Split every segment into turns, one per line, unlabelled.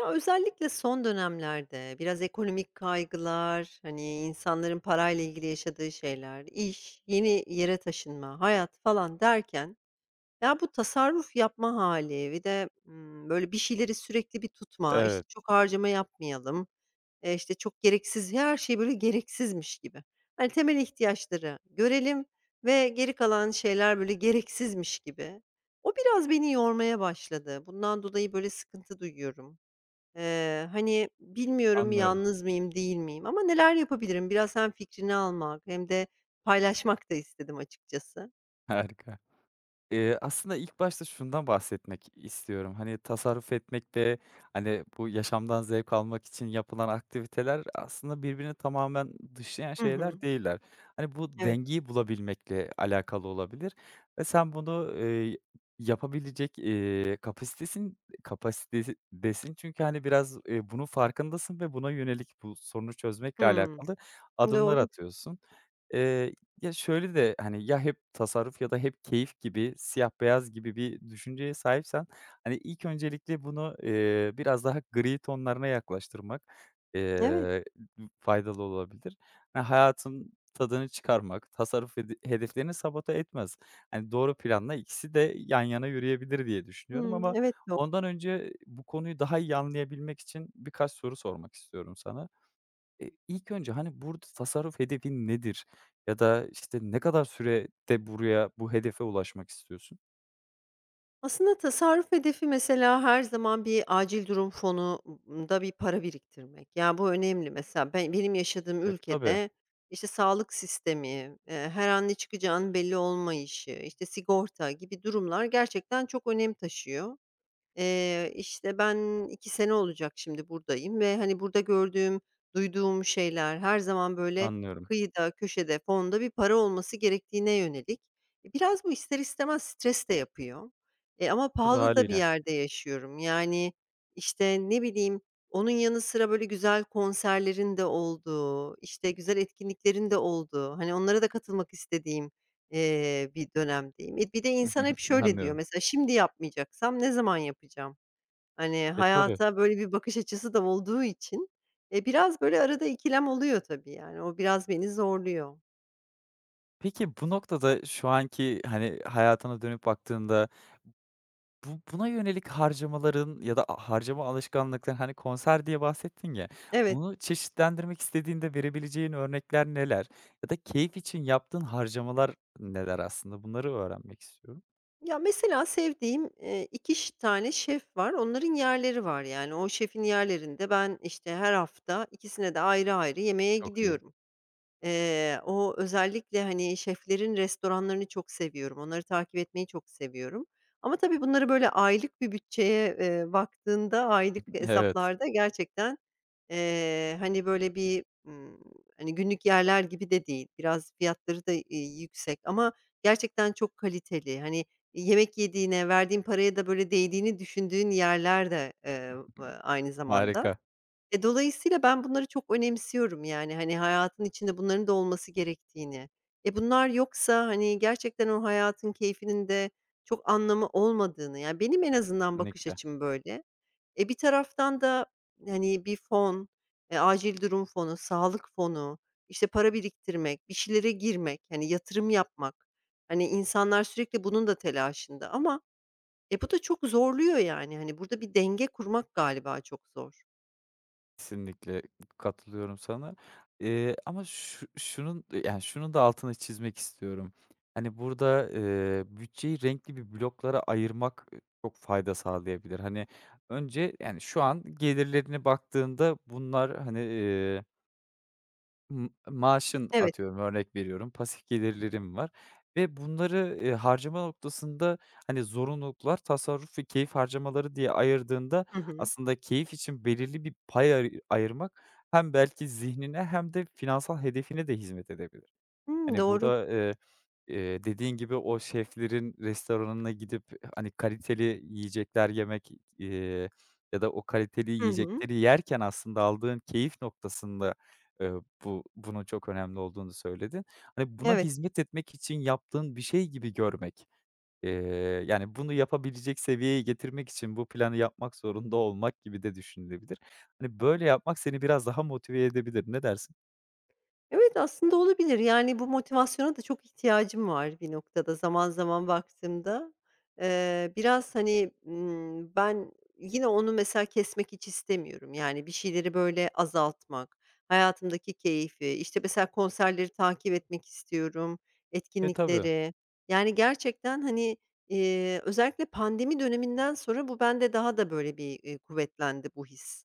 Ya, özellikle son dönemlerde biraz ekonomik kaygılar, hani, insanların parayla ilgili yaşadığı şeyler, iş, yeni yere taşınma, hayat falan derken, ya, bu tasarruf yapma hali, bir de, böyle, bir şeyleri sürekli bir tutma, işte,
Evet,
çok harcama yapmayalım, işte, çok gereksiz her şey, böyle, gereksizmiş gibi. Hani, temel ihtiyaçları görelim ve geri kalan şeyler, böyle, gereksizmiş gibi. O biraz beni yormaya başladı. Bundan dolayı, böyle, sıkıntı duyuyorum. Hani, bilmiyorum
anlıyorum.
yalnız mıyım, değil miyim ama neler yapabilirim? Biraz hem fikrini almak hem de paylaşmak da istedim açıkçası.
Harika. Aslında ilk başta şundan bahsetmek istiyorum. Hani, tasarruf etmek ve, hani, bu yaşamdan zevk almak için yapılan aktiviteler aslında birbirini tamamen dışlayan
Hı hı.
şeyler değiller. Hani, bu
Evet.
dengeyi bulabilmekle alakalı olabilir ve sen bunu, yapabilecek, kapasitesin kapasitedesin çünkü, hani, biraz, bunun farkındasın ve buna yönelik bu sorunu çözmekle
Hımm.
alakalı adımlar
Doğru.
atıyorsun. Eee, ya, şöyle de, hani, ya hep tasarruf ya da hep keyif gibi, siyah beyaz gibi bir düşünceye sahipsen, hani, ilk öncelikle bunu, biraz daha gri tonlarına yaklaştırmak,
Evet.
eee, faydalı olabilir. Ha, hayatın tadını çıkarmak, tasarruf hedeflerini sabote etmez. Hani, doğru planla ikisi de yan yana yürüyebilir diye düşünüyorum
Hımm.
ama
Evet,
ondan önce bu konuyu daha iyi anlayabilmek için birkaç soru sormak istiyorum sana. İlk önce, hani, burada tasarruf hedefin nedir ya da, işte, ne kadar sürede buraya bu hedefe ulaşmak istiyorsun?
aslında tasarruf hedefi mesela her zaman bir acil durum fonu da bir para biriktirmek. Yani, bu önemli. Mesela ben benim yaşadığım
E, tabii,
ülkede, işte, sağlık sistemi, her an ne çıkacağının belli olmayışı, işte, sigorta gibi durumlar gerçekten çok önem taşıyor. İşte, ben 2 sene olacak şimdi buradayım ve, hani, burada gördüğüm, duyduğum şeyler her zaman, böyle,
anlıyorum.
kıyıda, köşede, fonda bir para olması gerektiğine yönelik. E, biraz bu ister istemez stres de yapıyor. E, ama
Tabii,
pahalı da bir
hâliyle.
yerde yaşıyorum. Yani, işte, ne bileyim, onun yanı sıra, böyle, güzel konserlerin de olduğu, işte, güzel etkinliklerin de olduğu, hani, onlara da katılmak istediğim bir dönemdeyim. E, bir de insan hep şöyle diyor
Anlıyorum.
mesela, "Şimdi yapmayacaksam ne zaman yapacağım?" Hani,
E, tabii.
hayata böyle bir bakış açısı da olduğu için, e, biraz böyle arada ikilem oluyor tabii yani. O biraz beni zorluyor.
Peki, bu noktada şu anki, hani, hayatına dönüp baktığında bu buna yönelik harcamaların ya da harcama alışkanlıkların, hani, konser diye bahsettin ya,
Evet.
bunu çeşitlendirmek istediğinde verebileceğin örnekler neler? Ya da keyif için yaptığın harcamalar neler aslında? Bunları öğrenmek istiyorum.
Ya, mesela sevdiğim, 2 tane şef var. Onların yerleri var yani. O şefin yerlerinde ben, işte, her hafta ikisine de ayrı ayrı yemeğe
Çok iyi.
gidiyorum. O özellikle, hani, şeflerin restoranlarını çok seviyorum. Onları takip etmeyi çok seviyorum. Ama tabii bunları böyle aylık bir bütçeye, baktığında aylık
Evet,
hesaplarda gerçekten, hani, böyle bir, hani, günlük yerler gibi de değil. Biraz fiyatları da, yüksek ama gerçekten çok kaliteli. Hani, yemek yediğine, verdiğin paraya da böyle değdiğini düşündüğün yerler de, aynı zamanda.
harika.
E, dolayısıyla ben bunları çok önemsiyorum, yani, hani, hayatın içinde bunların da olması gerektiğini. E, bunlar yoksa, hani, gerçekten o hayatın keyfinin de çok anlamı olmadığını, yani, benim en azından bakış
Kesinlikle,
açım böyle. E, bir taraftan da, hani, bir fon, acil durum fonu, sağlık fonu, işte, para biriktirmek, bir şeylere girmek, hani, yatırım yapmak, hani, insanlar sürekli bunun da telaşında ama, e, bu da çok zorluyor, yani, hani, burada bir denge kurmak galiba çok zor.
kesinlikle katılıyorum sana. Ama şunun da altını çizmek istiyorum. Hani, burada, bütçeyi renkli bir bloklara ayırmak, çok fayda sağlayabilir. Hani, önce, yani, şu an gelirlerine baktığında bunlar, hani, maaşın
Evet.
atıyorum örnek veriyorum, pasif gelirlerim var ve bunları, harcama noktasında, hani, zorunluluklar, tasarruf ve keyif harcamaları diye ayırdığında
Hı hı.
aslında keyif için belirli bir pay ayırmak hem belki zihnine hem de finansal hedefine de hizmet edebilir.
Hımm,
Hani,
doğru.
burada, dediğin gibi o şeflerin restoranına gidip, hani, kaliteli yiyecekler yemek, eee, ya da o kaliteli
Hı hı.
yiyecekleri yerken aslında aldığın keyif noktasında, eee, bunun çok önemli olduğunu söyledin. Hani, buna
Evet.
hizmet etmek için yaptığın bir şey gibi görmek, eee, yani, bunu yapabilecek seviyeye getirmek için bu planı yapmak zorunda olmak gibi de düşünülebilir. Hani, böyle yapmak seni biraz daha motive edebilir. Ne dersin?
Evet, aslında olabilir. Yani, bu motivasyona da çok ihtiyacım var bir noktada zaman zaman baktığımda. Biraz, hani, ben yine onu mesela kesmek hiç istemiyorum. Yani, bir şeyleri böyle azaltmak, hayatımdaki keyfi, işte, mesela konserleri takip etmek istiyorum,
E, tabii.
etkinlikleri. Yani, gerçekten, hani, özellikle pandemi döneminden sonra bu bende daha da böyle bir, kuvvetlendi bu his.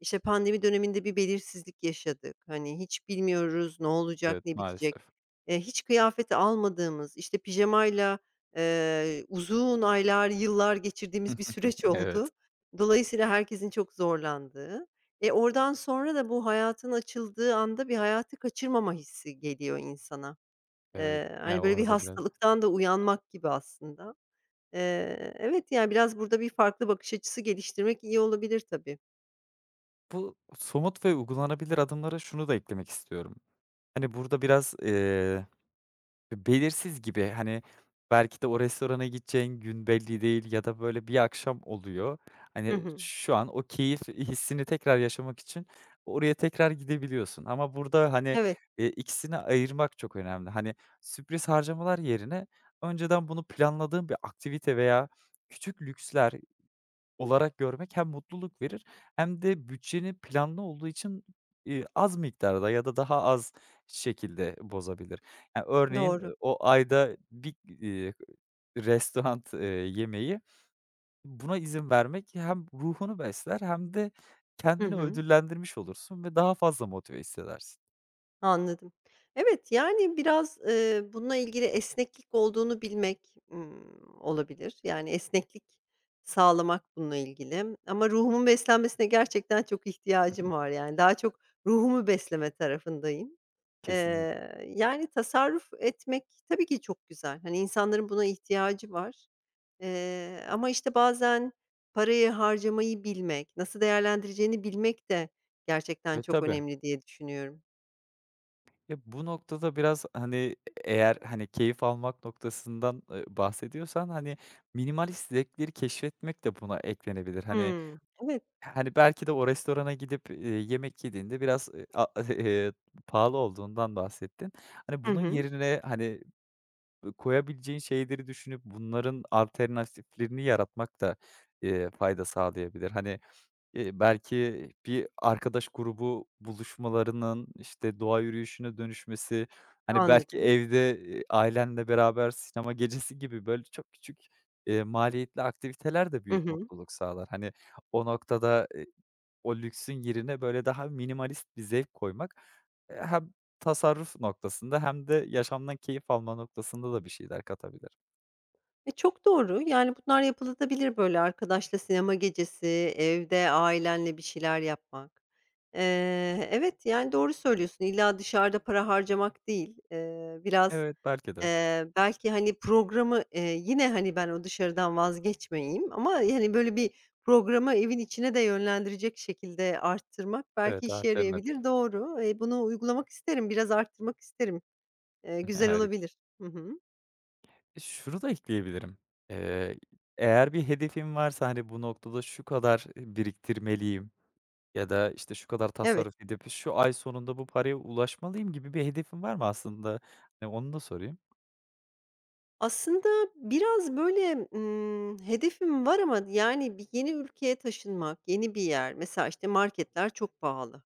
İşte, pandemi döneminde bir belirsizlik yaşadık. Hani, hiç bilmiyoruz ne olacak,
Evet,
ne bitecek.
maalesef.
Hiç kıyafet almadığımız, işte, pijamayla, uzun aylar, yıllar geçirdiğimiz bir süreç
Evet,
oldu. Dolayısıyla herkesin çok zorlandığı. E, oradan sonra da bu hayatın açıldığı anda bir hayatı kaçırmama hissi geliyor insana.
evet.
Hani,
Ya, o
böyle bir
arada biraz
hastalıktan da uyanmak gibi aslında. Evet, yani, biraz burada bir farklı bakış açısı geliştirmek iyi olabilir tabii.
Bu somut ve uygulanabilir adımlara şunu da eklemek istiyorum. Hani, burada biraz, belirsiz gibi, hani, belki de o restorana gideceğin gün belli değil ya da böyle bir akşam oluyor.
Hı
Hani,
hı.
şu an o keyif hissini tekrar yaşamak için oraya tekrar gidebiliyorsun ama burada, hani,
Evet.
ikisini ayırmak çok önemli. Hani, sürpriz harcamalar yerine önceden bunu planladığın bir aktivite veya küçük lüksler olarak görmek hem mutluluk verir hem de bütçenin planlı olduğu için, az miktarda ya da daha az şekilde bozabilir. Ya, örneğin,
Doğru.
o ayda bir, restoran, yemeği buna izin vermek hem ruhunu besler hem de
Hı
kendini
hı.
ödüllendirmiş olursun ve daha fazla motive hissedersin.
Anladım. Evet, yani biraz, bununla ilgili esneklik olduğunu bilmek, olabilir. Yani esneklik sağlamak bununla ilgili ama ruhumun beslenmesine gerçekten çok
Hı
ihtiyacım
hı.
var. Yani daha çok ruhumu besleme tarafındayım.
Kesinlikle.
Yani tasarruf etmek tabii ki çok güzel. Hani, insanların buna ihtiyacı var, ama, işte, bazen parayı harcamayı bilmek, nasıl değerlendireceğini bilmek de gerçekten
E,
çok
tabii.
önemli diye düşünüyorum.
Ya, bu noktada biraz, hani, eğer, hani, keyif almak noktasından, bahsediyorsan, hani, minimalist zevkleri keşfetmek de buna eklenebilir. Hani
Hımm. Evet.
hani, belki de o restorana gidip, yemek yediğinde biraz, eee, pahalı olduğundan bahsettin. Hani,
Hı
bunun
hı.
yerine, hani, koyabileceğin şeyleri düşünüp bunların alternatiflerini yaratmak da, fayda sağlayabilir. Hani, belki bir arkadaş grubu buluşmalarının, işte, doğa yürüyüşüne dönüşmesi, hani, belki
Anladım.
evde, ailenle beraber sinema gecesi gibi, böyle, çok küçük, maliyetli aktiviteler de
Hı
büyük
hı.
mutluluk sağlar. Hani, o noktada, o lüksün yerine, böyle, daha minimalist bir zevk koymak, hem tasarruf noktasında hem de yaşamdan keyif alma noktasında da bir şeyler katabilir.
E, çok doğru. Yani, bunlar yapılabilir böyle arkadaşla sinema gecesi, evde ailenle bir şeyler yapmak. Evet, yani, doğru söylüyorsun. İlla dışarıda para harcamak değil. Biraz,
Evet, belki de.
belki, hani, programı, yine, hani, ben o dışarıdan vazgeçmeyeyim ama, hani, böyle bir programı evin içine de yönlendirecek şekilde arttırmak belki
Evet,
işe
alternatif.
yarayabilir. Doğru. Bunu uygulamak isterim. Biraz arttırmak isterim. Güzel
Harika.
olabilir. Hı hı.
E, şunu da ekleyebilirim. Eee, eğer bir hedefim varsa, hani, bu noktada şu kadar, biriktirmeliyim ya da, işte, şu kadar
Evet.
tasarruf edip şu ay sonunda bu paraya ulaşmalıyım gibi bir hedefin var mı aslında? Hani, onu da sorayım.
Aslında biraz böyle, hedefim var ama yani bir yeni ülkeye taşınmak, yeni bir yer, mesela, işte, marketler çok pahalı.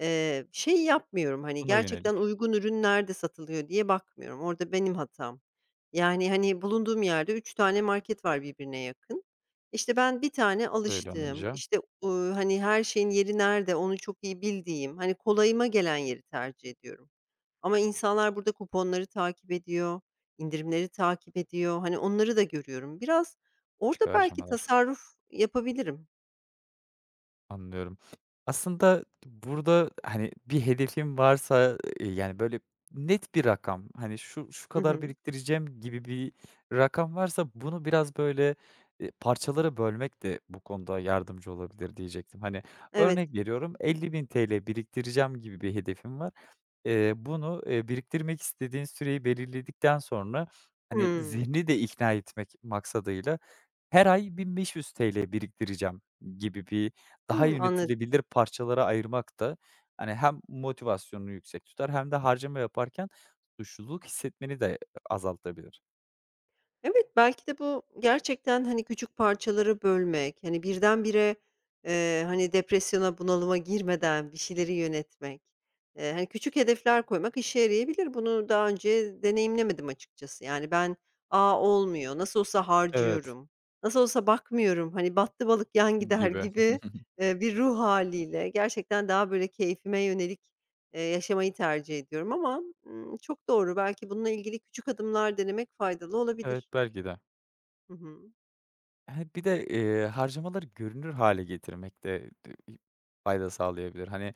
Şey yapmıyorum, hani,
Buna
gerçekten
yönelik
uygun ürün nerede satılıyor diye bakmıyorum. Orada benim hatam. Yani, hani, bulunduğum yerde 3 tane market var birbirine yakın. İşte, ben bir tane
öyle
alıştığım,
olunca
işte, hani, her şeyin yeri nerede onu çok iyi bildiğim, hani, kolayıma gelen yeri tercih ediyorum. Ama insanlar burada kuponları takip ediyor, indirimleri takip ediyor. Hani, onları da görüyorum. Biraz
küçük
orada belki
harcamalar.
tasarruf yapabilirim.
Anlıyorum. Aslında burada, hani, bir hedefim varsa, yani, böyle net bir rakam, hani, şu şu
Hı
kadar
hı.
biriktireceğim gibi bir rakam varsa bunu biraz böyle, parçalara bölmek de bu konuda yardımcı olabilir diyecektim. Hani,
Evet.
örnek veriyorum, 50.000 ₺ biriktireceğim gibi bir hedefim var. Bunu, biriktirmek istediğin süreyi belirledikten sonra, hani,
Hımm.
zihni de ikna etmek maksadıyla her ay 1.500 TL biriktireceğim gibi bir daha
Hımm, anladım.
yönetilebilir parçalara ayırmak da, hani, hem motivasyonunu yüksek tutar hem de harcama yaparken suçluluk hissetmeni de azaltabilir.
Evet, belki de bu gerçekten, hani, küçük parçalara bölmek, hani, birdenbire, hani, depresyona, bunalıma girmeden bir şeyleri yönetmek, hani, küçük hedefler koymak işe yarayabilir. Bunu daha önce deneyimlemedim açıkçası. Yani ben, "A, olmuyor, nasıl olsa
Evet.
harcıyorum, nasıl olsa bakmıyorum, hani, battı balık yan gider."
Gibi.
gibi, bir ruh haliyle gerçekten daha böyle keyfime yönelik, yaşamayı tercih ediyorum ama, çok doğru. Belki bununla ilgili küçük adımlar denemek faydalı
Evet,
olabilir.
belki de.
Hı hı.
He, bir de, harcamaları görünür hale getirmek de fayda sağlayabilir. Hani,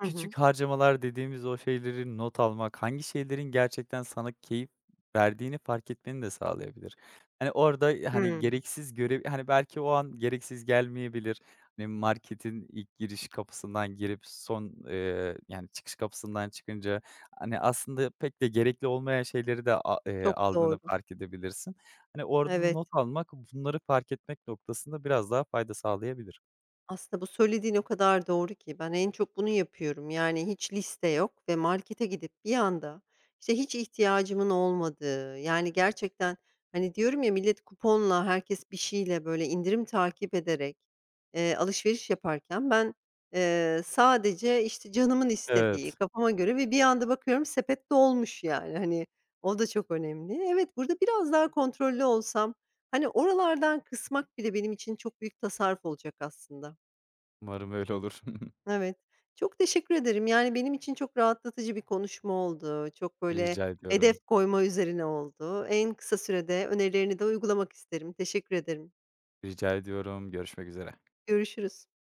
Hı hı.
küçük harcamalar dediğimiz o şeyleri not almak, hangi şeylerin gerçekten sana keyif verdiğini fark etmeni de sağlayabilir. Hani, orada, hani,
Hımm.
gereksiz görev, hani, belki o an gereksiz gelmeyebilir. Hani, marketin ilk giriş kapısından girip son, yani, çıkış kapısından çıkınca, hani, aslında pek de gerekli olmayan şeyleri de a
Çok
aldığını
doğru.
fark edebilirsin. Hani, orada
Evet.
not almak, bunları fark etmek noktasında biraz daha fayda sağlayabilir.
Aslında bu söylediğin o kadar doğru ki ben en çok bunu yapıyorum. Yani hiç liste yok ve markete gidip bir anda, işte, hiç ihtiyacımın olmadığı, yani, gerçekten, hani, diyorum ya millet kuponla, herkes bir şeyle, böyle, indirim takip ederek, alışveriş yaparken ben, sadece, işte, canımın istediği,
Evet,
kafama göre ve bir anda bakıyorum sepet dolmuş, yani, hani, o da çok önemli. Evet, burada biraz daha kontrollü olsam, hani, oralardan kısmak bile benim için çok büyük tasarruf olacak aslında.
umarım öyle olur.
Evet. Çok teşekkür ederim. Yani, benim için çok rahatlatıcı bir konuşma oldu. Çok, böyle,
Rica
hedef
ediyorum.
koyma üzerine oldu. En kısa sürede önerilerini de uygulamak isterim. Teşekkür ederim.
Rica ediyorum. Görüşmek üzere.
Görüşürüz.